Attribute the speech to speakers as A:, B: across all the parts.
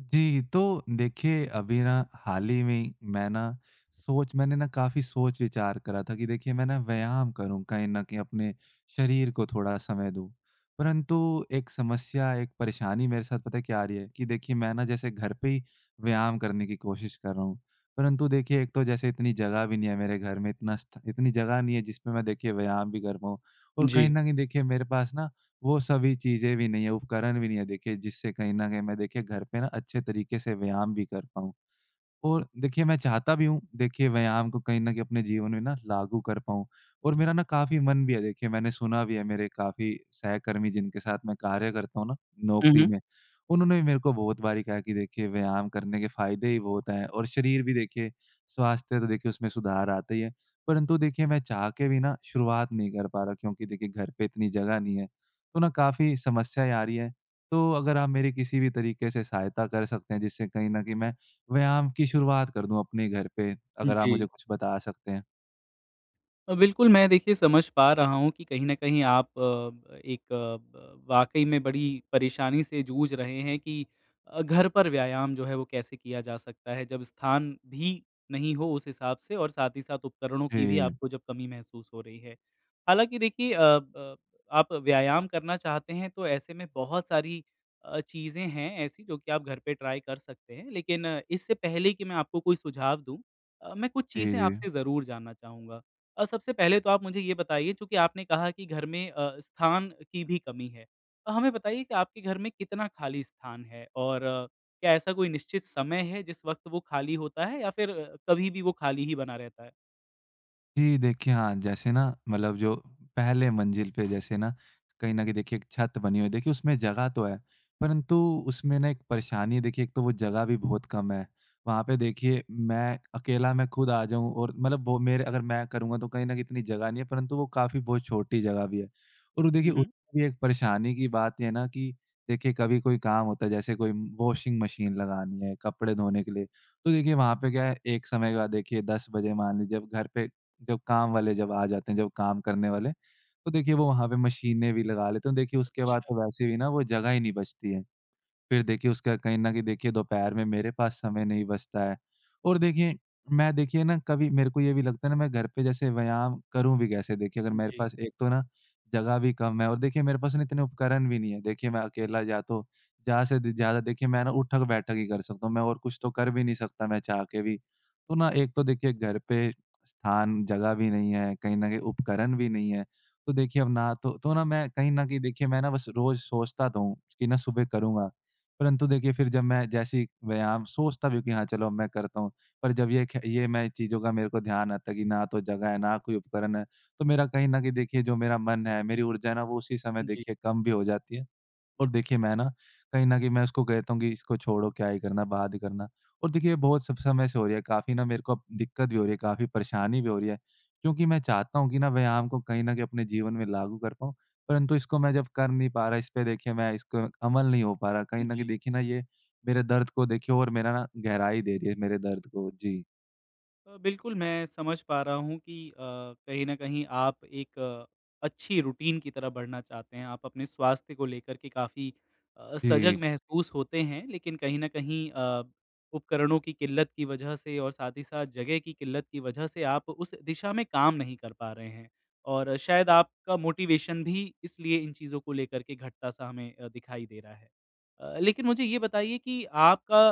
A: जी, तो देखिए अभी ना हाल ही में मैं ना सोच मैंने ना काफ़ी सोच-विचार करा था कि देखिए मैं ना व्यायाम करूँ, कहीं न कहीं अपने शरीर को थोड़ा समय दूँ। परंतु एक समस्या, एक परेशानी मेरे साथ पता है क्या आ रही है कि देखिए मैं ना जैसे घर पे ही व्यायाम करने की कोशिश कर रहा हूँ। परंतु देखिए एक तो जैसे इतनी जगह भी नहीं है मेरे घर में, इतना स्थ इतनी जगह नहीं है जिसमें मैं देखिए व्यायाम भी कर पाऊँ, और कहीं
B: जी।
A: न कहीं देखिए मेरे पास ना वो सभी चीज़ें भी नहीं है, उपकरण भी नहीं है, देखिए जिससे कहीं न कहीं मैं देखिए घर पे ना अच्छे तरीके से व्यायाम भी कर पाऊँ। और देखिए मैं चाहता भी हूँ, देखिए व्यायाम को कहीं न कहीं अपने जीवन में ना लागू कर पाऊँ, और मेरा ना काफ़ी मन भी है। देखिए मैंने सुना भी है, मेरे काफ़ी सहकर्मी जिनके साथ मैं कार्य करता हूँ ना
B: हुँ,
A: नौकरी
B: हुँ।
A: में, उन्होंने भी मेरे को बहुत बारी कहा कि देखिए व्यायाम करने के फ़ायदे ही बहुत हैं, और शरीर भी देखिए स्वास्थ्य तो देखिए उसमें सुधार आता ही है। परंतु देखिए मैं चाह के भी ना शुरुआत नहीं कर पा रहा, क्योंकि देखिए घर पे इतनी जगह नहीं है, तो ना काफ़ी समस्याएँ आ रही हैं। तो अगर आप मेरी किसी भी तरीके से सहायता कर सकते हैं जिससे कहीं न कहीं मैं व्यायाम की शुरुआत कर दूँ अपने घर पे, अगर आप
B: जी,
A: मुझे कुछ बता सकते हैं?
B: बिल्कुल, मैं देखिए समझ पा रहा हूँ कि कहीं न कहीं आप एक वाक़ई में बड़ी परेशानी से जूझ रहे हैं कि घर पर व्यायाम जो है वो कैसे किया जा सकता है, जब स्थान भी नहीं हो उस हिसाब से और साथ ही साथ उपकरणों की भी
A: जी,
B: आपको जब कमी महसूस हो रही है। हालाँकि देखिए अ, ब आप व्यायाम करना चाहते हैं तो ऐसे में बहुत सारी चीज़ें हैं ऐसी जो कि आप घर पे ट्राई कर सकते हैं। लेकिन इससे पहले कि मैं आपको कोई सुझाव दूँ मैं कुछ
A: जी,
B: चीज़ें
A: जी।
B: आपसे ज़रूर जानना चाहूँगा। सबसे पहले तो आप मुझे ये बताइए चूँकि आपने कहा कि घर में स्थान की भी कमी है। हमें बताइए कि आपके घर में कितना खाली स्थान है? और क्या ऐसा कोई निश्चित समय है जिस वक़्त वो खाली होता है या फिर कभी भी वो खाली ही बना रहता है?
A: जी, देखिए हाँ, जैसे ना मतलब जो पहले मंजिल पे जैसे ना कहीं न कहीं देखिए एक छत बनी हुई है। देखिए उसमें जगह तो है, परंतु उसमें ना एक परेशानी है, देखिए एक तो वो जगह भी बहुत कम है। वहाँ पे देखिए मैं अकेला मैं खुद आ जाऊँ और मतलब वो मेरे अगर मैं करूँगा तो कहीं न कहीं इतनी जगह नहीं है, परंतु वो काफ़ी बहुत छोटी जगह भी है। और वो देखिए
B: हुँ, हुँ।
A: उसमें भी एक परेशानी की बात ये है ना कि देखिए कभी कोई काम होता है, जैसे कोई वॉशिंग मशीन लगानी है, कपड़े धोने के लिए, तो देखिए वहाँ पे क्या है, एक समय के बाद देखिए 10 बजे मान लीजिए, अब घर पे जब काम वाले जब आ जाते हैं, जब काम करने वाले, तो देखिए वो वहाँ पे मशीनें भी लगा लेते हैं। देखिए उसके बाद
B: अच्छा।
A: तो वैसे भी ना वो जगह ही नहीं बचती है। फिर देखिए उसका कहीं न कहीं देखिए दोपहर में मेरे पास समय नहीं बचता है, और देखिए मैं देखिए ना कभी मेरे को ये भी लगता है ना मैं घर पे जैसे व्यायाम करूँ भी कैसे? देखिए अगर मेरे पास
B: जी,
A: एक तो ना जगह भी कम है, और देखिए मेरे पास ना इतने उपकरण भी नहीं है। देखिए मैं अकेला या तो ज़्यादा से द ज़्यादा देखिए मैं ना उठक-बैठक ही कर सकता हूँ, मैं और कुछ तो कर भी नहीं सकता मैं चाह के भी। तो ना एक तो देखिए घर पे स्थान, जगह भी नहीं है, कहीं न कहीं उपकरण भी नहीं है। तो देखिए अब ना तो ना मैं कहीं न कहीं देखिए मैं ना बस रोज़ सोचता तो हूँ कि ना सुबह करूँगा। परंतु देखिए फिर जब मैं जैसे ही व्यायाम सोचता भी हूँ कि हाँ, चलो मैं करता हूँ, पर जब ये मैं चीज़ों का मेरे को ध्यान आता है कि ना तो जगह है, ना कोई उपकरण है, तो मेरा कहीं न कहीं देखिए जो मेरा मन है, मेरी ऊर्जा है ना, वो उसी समय
B: जी,
A: देखिए कम भी हो जाती है। और देखिए मैं ना कहीं न कहीं मैं उसको कहता हूँ कि इसको छोड़ो, क्या ही करना, बाद ही करना। और देखिए ये बहुत सब समय से हो रही है, काफ़ी ना मेरे को अब दिक्कत भी हो रही है, काफ़ी परेशानी भी हो रही है। क्योंकि मैं चाहता हूँ कि ना व्यायाम को कहीं न कहीं अपने जीवन में लागू कर पाऊँ, परंतु इसको मैं जब कर नहीं पा रहा, इस पे देखिए मैं इसको अमल नहीं हो पा रहा। कहीं न कहीं
B: जी।
A: देखिए ना ये मेरे दर्द को देखिए, और मेरा ना गहराई दे रही है मेरे दर्द को। जी।
B: बिल्कुल, मैं समझ पा रहा हूँ कि कहीं न कहीं आप एक अच्छी रूटीन की तरह बढ़ना चाहते हैं। आप अपने स्वास्थ्य को लेकर के काफ़ी सजग
A: जी
B: महसूस होते हैं, लेकिन कहीं न कहीं उपकरणों की किल्लत की वजह से और साथ ही साथ जगह की किल्लत की वजह से आप उस दिशा में काम नहीं कर पा रहे हैं। और शायद आपका मोटिवेशन भी इसलिए इन चीज़ों को लेकर के घटता-सा हमें दिखाई दे रहा है। लेकिन मुझे ये बताइए कि आपका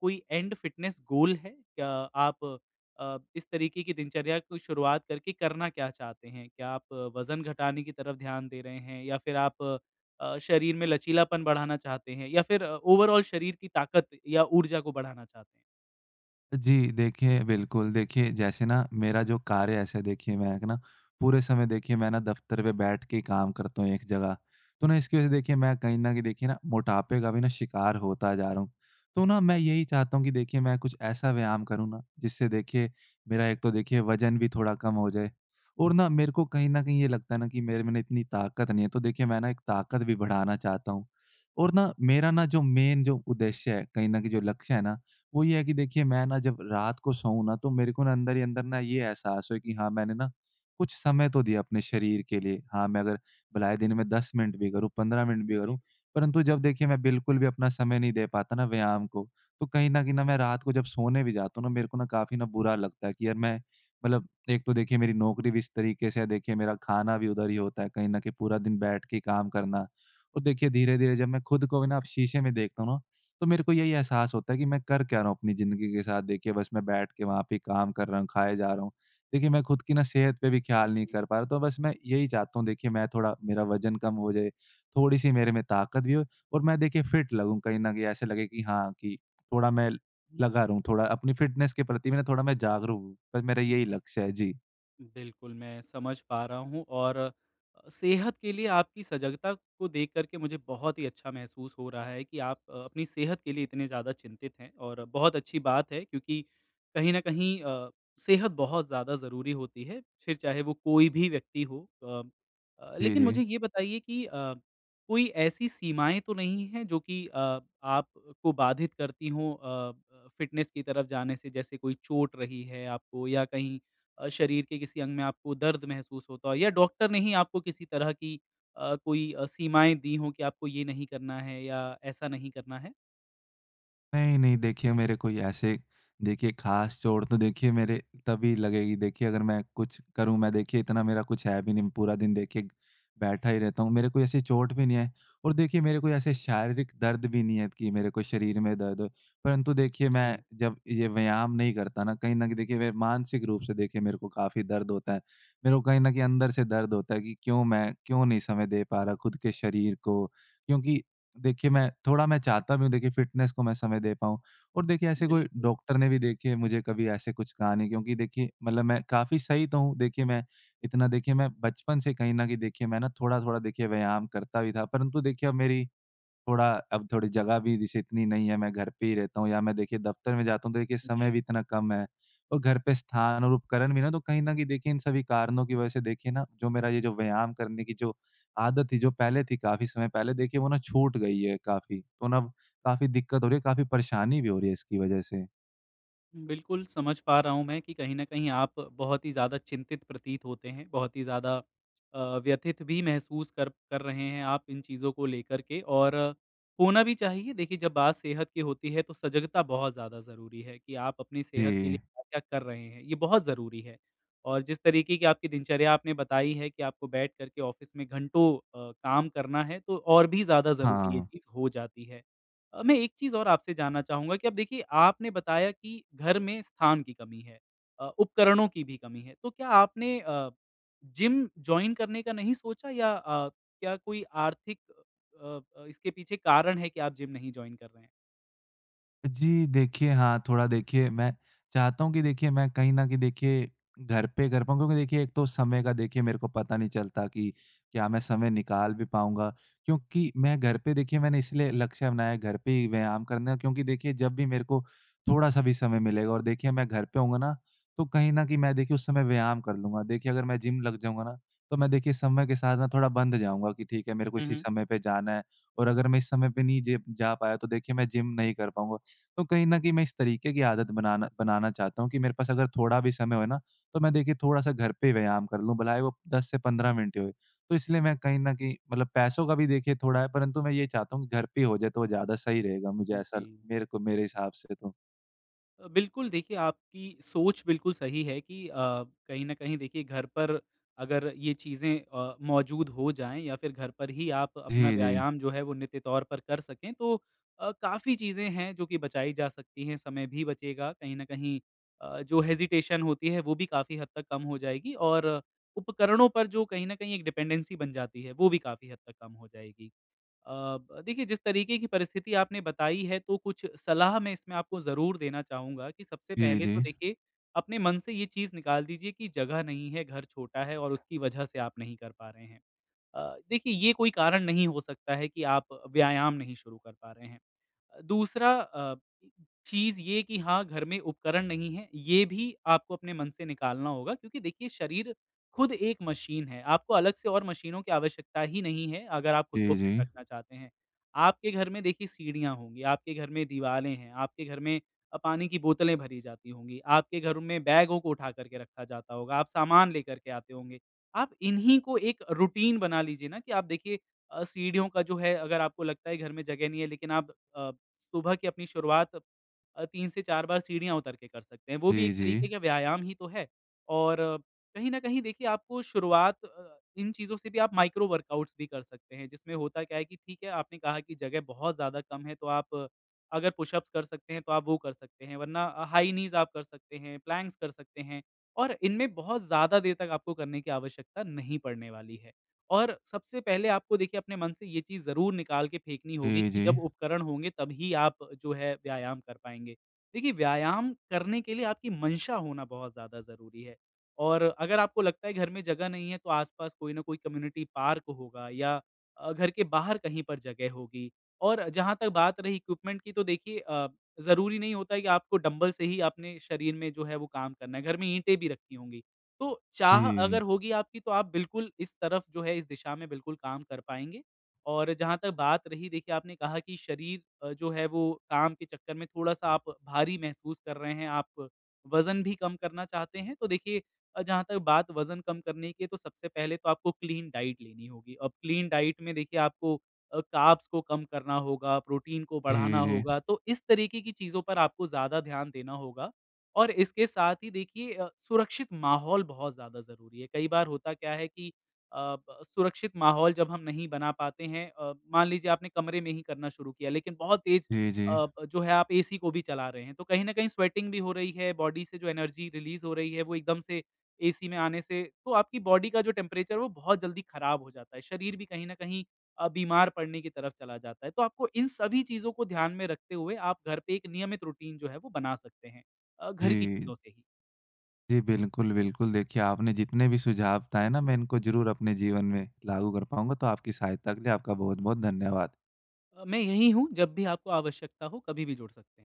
B: कोई एंड फिटनेस गोल है? क्या आप इस तरीके की दिनचर्या को शुरुआत करके करना क्या चाहते हैं? क्या आप वज़न घटाने की तरफ ध्यान दे रहे हैं या फिर आप शरीर में लचीलापन बढ़ाना चाहते हैं या फिर ओवरऑल शरीर की ताकत या ऊर्जा को बढ़ाना चाहते हैं?
A: जी, देखिए बिल्कुल, देखिए जैसे ना मेरा जो कार्य है, ऐसे देखिए मैं एक ना पूरे समय देखिए मैं ना दफ़्तर पे बैठ के ही काम करता हूँ एक जगह। तो ना इसकी वज़ह से देखिए मैं कहीं न कहीं देखिए ना मोटापे का भी ना शिकार होता जा रहा हूँ। तो ना मैं यही चाहता हूँ कि देखिए मैं कुछ ऐसा व्यायाम करूँ ना जिससे देखिए मेरा एक तो देखिए वज़न भी थोड़ा कम हो जाए, और ना मेरे को कहीं न कहीं ये लगता है ना कि मेरे में ना इतनी ताकत नहीं है, तो देखिए मैं ना एक ताकत भी बढ़ाना चाहता हूँ। और ना मेरा ना जो मेन जो उद्देश्य है, कहीं न कहीं जो लक्ष्य है ना, वो ये है कि देखिए मैं ना जब रात को सोऊँ ना तो मेरे को ना अंदर ही अंदर ना ये एहसास हो कि हाँ मैंने ना कुछ समय तो दिया अपने शरीर के लिए। हाँ, मैं अगर भलाए दिन में 10 मिनट भी करूँ, 15 मिनट भी
B: जी,
A: करूँ, परंतु जब देखिए मैं बिल्कुल भी अपना समय नहीं दे पाता ना व्यायाम को, तो कहीं न कहीं ना मैं रात को जब सोने भी जाता हूँ ना मेरे को ना काफ़ी ना बुरा लगता है कि यार मैं, मतलब एक तो देखिए मेरी नौकरी भी इस तरीके से है, देखिए मेरा खाना भी उधर ही होता है, कहीं न कहीं पूरा दिन बैठ के काम करना। और देखिए धीरे-धीरे जब मैं खुद को भी ना अब शीशे में देखता हूँ ना, तो मेरे को यही एहसास होता है कि मैं कर क्या रहा हूँ अपनी ज़िंदगी के साथ, देखिए बस मैं बैठ के वहाँ पे ही काम कर रहा हूँ, खाए जा रहा हूँ। देखिए मैं खुद की ना सेहत पे भी ख़्याल नहीं
B: जी।
A: कर पा रहा, तो बस मैं यही चाहता हूँ देखिए मैं थोड़ा, मेरा वज़न कम हो जाए, थोड़ी-सी मेरे में ताकत भी हो, और मैं देखिए फिट लगूँ, कहीं न कहीं ऐसे लगे कि हाँ, कि थोड़ा मैं लगा रहूँ, थोड़ा अपनी फिटनेस के प्रति भी ना थोड़ा मैं जागरूक हूँ। बस मेरा यही लक्ष्य है। जी।
B: बिल्कुल, मैं समझ पा रहा हूँ और सेहत के लिए आपकी सजगता को देख कर के मुझे बहुत ही अच्छा महसूस हो रहा है कि आप अपनी सेहत के लिए इतने ज़्यादा चिंतित हैं और बहुत अच्छी बात है क्योंकि कहीं न कहीं सेहत बहुत ज़्यादा ज़रूरी होती है, फिर चाहे वो कोई भी व्यक्ति हो।
A: जी,
B: लेकिन मुझे
A: जी।
B: ये बताइए कि कोई ऐसी सीमाएँ तो नहीं हैं जो कि आपको बाधित करती हों अ, ब फिटनेस की तरफ जाने से? जैसे कोई चोट रही है आपको या कहीं शरीर के किसी अंग में आपको दर्द महसूस होता हो या डॉक्टर ने ही आपको किसी तरह की कोई सीमाएँ दी हों कि आपको ये नहीं करना है या ऐसा नहीं करना है?
A: नहीं, नहीं, देखिए मेरे कोई ऐसे, देखिए ख़ास चोट तो देखिए मेरे तभी लगेगी, देखिए अगर मैं कुछ करूँ। मैं देखिए इतना मेरा कुछ है भी नहीं, पूरा दिन देखिए बैठा ही रहता हूँ। मेरे कोई ऐसी चोट भी नहीं है, और देखिए मेरे कोई ऐसे शारीरिक दर्द भी नहीं है कि मेरे को शरीर में दर्द हो। परंतु देखिए मैं
B: जी,
A: जब ये व्यायाम नहीं करता ना, कहीं न कहीं देखिए मैं मानसिक रूप से देखिए मेरे को काफ़ी दर्द होता है। मेरे को कहीं न कहीं अंदर से दर्द होता है कि क्यों, मैं क्यों नहीं समय दे पा रहा खुद के शरीर को? क्योंकि देखिए, मैं थोड़ा, मैं चाहता भी हूँ देखिए फ़िटनेस को मैं समय दे पाऊँ, और देखिए ऐसे कोई
B: बिल्कुल।
A: डॉक्टर ने भी देखिए मुझे कभी ऐसे कुछ कहा नहीं, क्योंकि देखिए मतलब मैं काफ़ी सही तो हूँ। देखिए मैं इतना देखिए मैं बचपन से कहीं न कहीं देखिए मैं ना थोड़ा-थोड़ा देखिए व्यायाम करता भी था, परंतु देखिए अब मेरी थोड़ा, अब थोड़ी जगह भी जैसे इतनी नहीं है, मैं घर पे ही रहता हूँ या मैं देखिए दफ़्तर में जाता हूँ, तो देखिए समय भी
B: जी।
A: इतना कम है, और घर पे स्थान और उपकरण भी ना, तो कहीं न कहीं देखिए इन सभी कारणों की वजह से देखिए ना जो मेरा ये जो व्यायाम करने की जो आदत थी, जो पहले थी काफ़ी समय पहले, देखिए वो ना छूट गई है काफ़ी। तो ना अब काफ़ी दिक्कत हो रही है, काफ़ी परेशानी भी हो रही है इसकी वजह से।
B: बिल्कुल, समझ पा रहा हूँ मैं कि कहीं न कहीं आप बहुत ही ज़्यादा चिंतित प्रतीत होते हैं, बहुत ही ज़्यादा व्यथित भी महसूस कर कर रहे हैं आप इन चीज़ों को लेकर के और होना भी चाहिए। देखिए, जब बात सेहत की होती है तो सजगता बहुत ज़्यादा ज़रूरी है कि आप अपनी सेहत के लिए
A: जी,
B: क्या-क्या कर रहे हैं, ये बहुत ज़रूरी है। और जिस तरीके की आपकी दिनचर्या आपने बताई है कि आपको बैठ कर के ऑफ़िस में घंटों काम करना है, तो और भी ज़्यादा ज़रूरी ये
A: हाँ।
B: चीज़ हो जाती है। मैं एक चीज़ और आपसे जानना चाहूँगा कि अब देखिए आपने बताया कि घर में स्थान की कमी है उपकरणों की भी कमी है। तो क्या आपने जिम जॉइन करने का नहीं सोचा या क्या कोई आर्थिक इसके पीछे कारण है कि आप जिम नहीं जॉइन कर रहे हैं?
A: जी, देखिए हाँ, थोड़ा देखिए मैं चाहता हूँ कि देखिए मैं कहीं न कहीं देखिए घर पे कर पाऊँ, क्योंकि देखिए एक तो समय का देखिए मेरे को पता नहीं चलता कि क्या मैं समय निकाल भी पाऊँगा? क्योंकि मैं घर पे देखिए मैंने इसलिए लक्ष्य बनाया घर पे ही व्यायाम करने का, क्योंकि देखिए जब भी मेरे को थोड़ा-सा भी समय मिलेगा और देखिए मैं घर पे होऊँगा ना, तो कहीं न कहीं मैं देखिए उस समय व्यायाम कर लूँगा। देखिए अगर मैं जिम लग जाऊँगा ना, तो मैं देखिए समय के साथ ना थोड़ा बंध जाऊँगा कि ठीक है मेरे को
B: हुँ,
A: इसी
B: हुँ।
A: समय पे जाना है, और अगर मैं इस समय पे नहीं जे जा पाया तो देखिए मैं जिम नहीं कर पाऊँगा। तो कहीं न कहीं मैं इस तरीके की आदत बनाना बनाना चाहता हूँ कि मेरे पास अगर थोड़ा भी समय हो ना, तो मैं देखिए थोड़ा-सा घर पे व्यायाम कर लूँ, भले वो 10 से 15 मिनट ही होए। तो इसलिए मैं कहीं न कहीं, मतलब पैसों का भी देखिए थोड़ा है, परंतु मैं ये चाहता हूँ कि घर पे ही हो जाए, तो वो ज़्यादा सही रहेगा मुझे ऐसा,
B: जी।
A: मेरे को मेरे हिसाब से तो।
B: बिल्कुल देखिए आपकी सोच बिल्कुल सही है कि कहीं न कहीं देखिए घर पर अगर ये चीज़ें मौजूद हो जाएँ या फिर घर पर ही आप अपना
A: जी, जी।
B: व्यायाम जो है वो नित्य तौर पर कर सकें तो काफ़ी चीज़ें हैं जो कि बचाई जा सकती हैं, समय भी बचेगा कहीं न कहीं जो हेजिटेशन होती है वो भी काफ़ी हद तक कम हो जाएगी और उपकरणों पर जो कहीं न कहीं एक डिपेंडेंसी बन जाती है, वो भी काफ़ी हद तक कम हो जाएगी। अ, ब देखिए, जिस तरीके की परिस्थिति आपने बताई है, तो कुछ सलाह मैं इसमें आपको ज़रूर देना चाहूँगा कि सबसे
A: जी,
B: पहले
A: जी।
B: तो देखिए, अपने मन से ये चीज़ निकाल दीजिए कि जगह नहीं है, घर छोटा है और उसकी वजह से आप नहीं कर पा रहे हैं। देखिए, ये कोई कारण नहीं हो सकता है कि आप व्यायाम नहीं शुरू कर पा रहे हैं। दूसरा चीज़ ये कि हाँ, घर में उपकरण नहीं है, ये भी आपको अपने मन से निकालना होगा क्योंकि देखिए शरीर खुद एक मशीन है, आपको अलग से और मशीनों की आवश्यकता ही नहीं है अगर आप खुद को
A: जी,
B: फिट
A: जी।
B: रखना चाहते हैं। आपके घर में देखिए सीढ़ियाँ होंगी, आपके घर में दीवारें हैं, आपके घर में पानी की बोतलें भरी जाती होंगी, आपके घर में बैगों को उठा कर के रखा जाता होगा, आप सामान लेकर के आते होंगे। आप इन्हीं को एक रूटीन बना लीजिए ना कि आप देखिए सीढ़ियों का जो है अगर आपको लगता है घर में जगह नहीं है लेकिन आप अ, सुबह की अपनी शुरुआत 3 से 4 बार सीढ़ियाँ उतर के कर सकते हैं। वो
A: जी,
B: भी एक
A: जी।
B: तरीके का व्यायाम ही तो है और कहीं न कहीं देखिए आपको शुरुआत इन चीज़ों से भी आप माइक्रो वर्कआउट्स भी कर सकते हैं, जिसमें होता क्या है कि ठीक है, आपने कहा कि जगह बहुत ज़्यादा कम है, तो आप अगर पुशअप्स कर सकते हैं, तो आप वो कर सकते हैं, वरना हाई नीज़ आप कर सकते हैं, प्लैंक्स कर सकते हैं और इनमें बहुत ज़्यादा देर तक आपको करने की आवश्यकता नहीं पड़ने वाली है। और सबसे पहले आपको देखिए अपने मन से ये चीज़ ज़रूर निकाल के फेंकनी होगी
A: जी,
B: कि
A: जी।
B: जब उपकरण होंगे तभी आप जो है व्यायाम कर पाएँगे। देखिए व्यायाम करने के लिए आपकी मंशा होना बहुत ज़्यादा ज़रूरी है और अगर आपको लगता है घर में जगह नहीं है तो आस-पास कोई ना कोई कम्युनिटी पार्क होगा या घर के बाहर कहीं पर जगह होगी। और जहाँ तक बात रही इक्विपमेंट की तो देखिए ज़रूरी नहीं होता है कि आपको डंबल से ही अपने शरीर में जो है वो काम करना है। घर में ईंटें भी रखी होंगी। तो चाह अगर
A: जी।
B: होगी आपकी तो आप बिल्कुल इस तरफ जो है इस दिशा में बिल्कुल काम कर पाएँगे। और जहाँ तक बात रही देखिए आपने कहा कि शरीर जो है वो काम के चक्कर में थोड़ा-सा आप भारी महसूस कर रहे हैं, आप वज़न भी कम करना चाहते हैं। तो देखिए जहाँ तक बात वज़न कम करने की है तो सबसे पहले तो आपको क्लीन डाइट लेनी होगी। अब क्लीन डाइट में देखिए आपको कार्ब्स को कम करना होगा, प्रोटीन को बढ़ाना
A: जी, जी।
B: होगा। तो इस तरीके की चीज़ों पर आपको ज़्यादा ध्यान देना होगा और इसके साथ ही देखिए सुरक्षित माहौल बहुत ज़्यादा ज़रूरी है। कई बार होता क्या है कि अ, ब सुरक्षित माहौल जब हम नहीं बना पाते हैं मान लीजिए आपने कमरे में ही करना शुरू किया लेकिन बहुत तेज़
A: जी, जी।
B: अ, ब जो है आप एसी को भी चला रहे हैं, तो कहीं न कहीं स्वेटिंग भी हो रही है, बॉडी से जो एनर्जी रिलीज़ हो रही है वो एकदम से एसी में आने से तो आपकी बॉडी का जो टेम्परेचर है वो बहुत जल्दी ख़राब हो जाता है। शरीर भी कहीं न कहीं बीमार पड़ने की तरफ चला जाता है। तो आपको इन सभी चीज़ों को ध्यान में रखते हुए आप घर पे एक नियमित रूटीन जो है वो बना सकते हैं। घर की
A: जी।
B: चीज़ों से ही।
A: जी, बिल्कुल, बिल्कुल। देखिए, आपने जितने भी सुझाव बताए ना, मैं इनको ज़रूर अपने जीवन में लागू कर पाऊँगा। तो आपकी सहायता के लिए आपका बहुत-बहुत धन्यवाद।
B: मैं यहीं हूँ, जब भी आपको आवश्यकता हो, कभी भी जुड़ सकते हैं।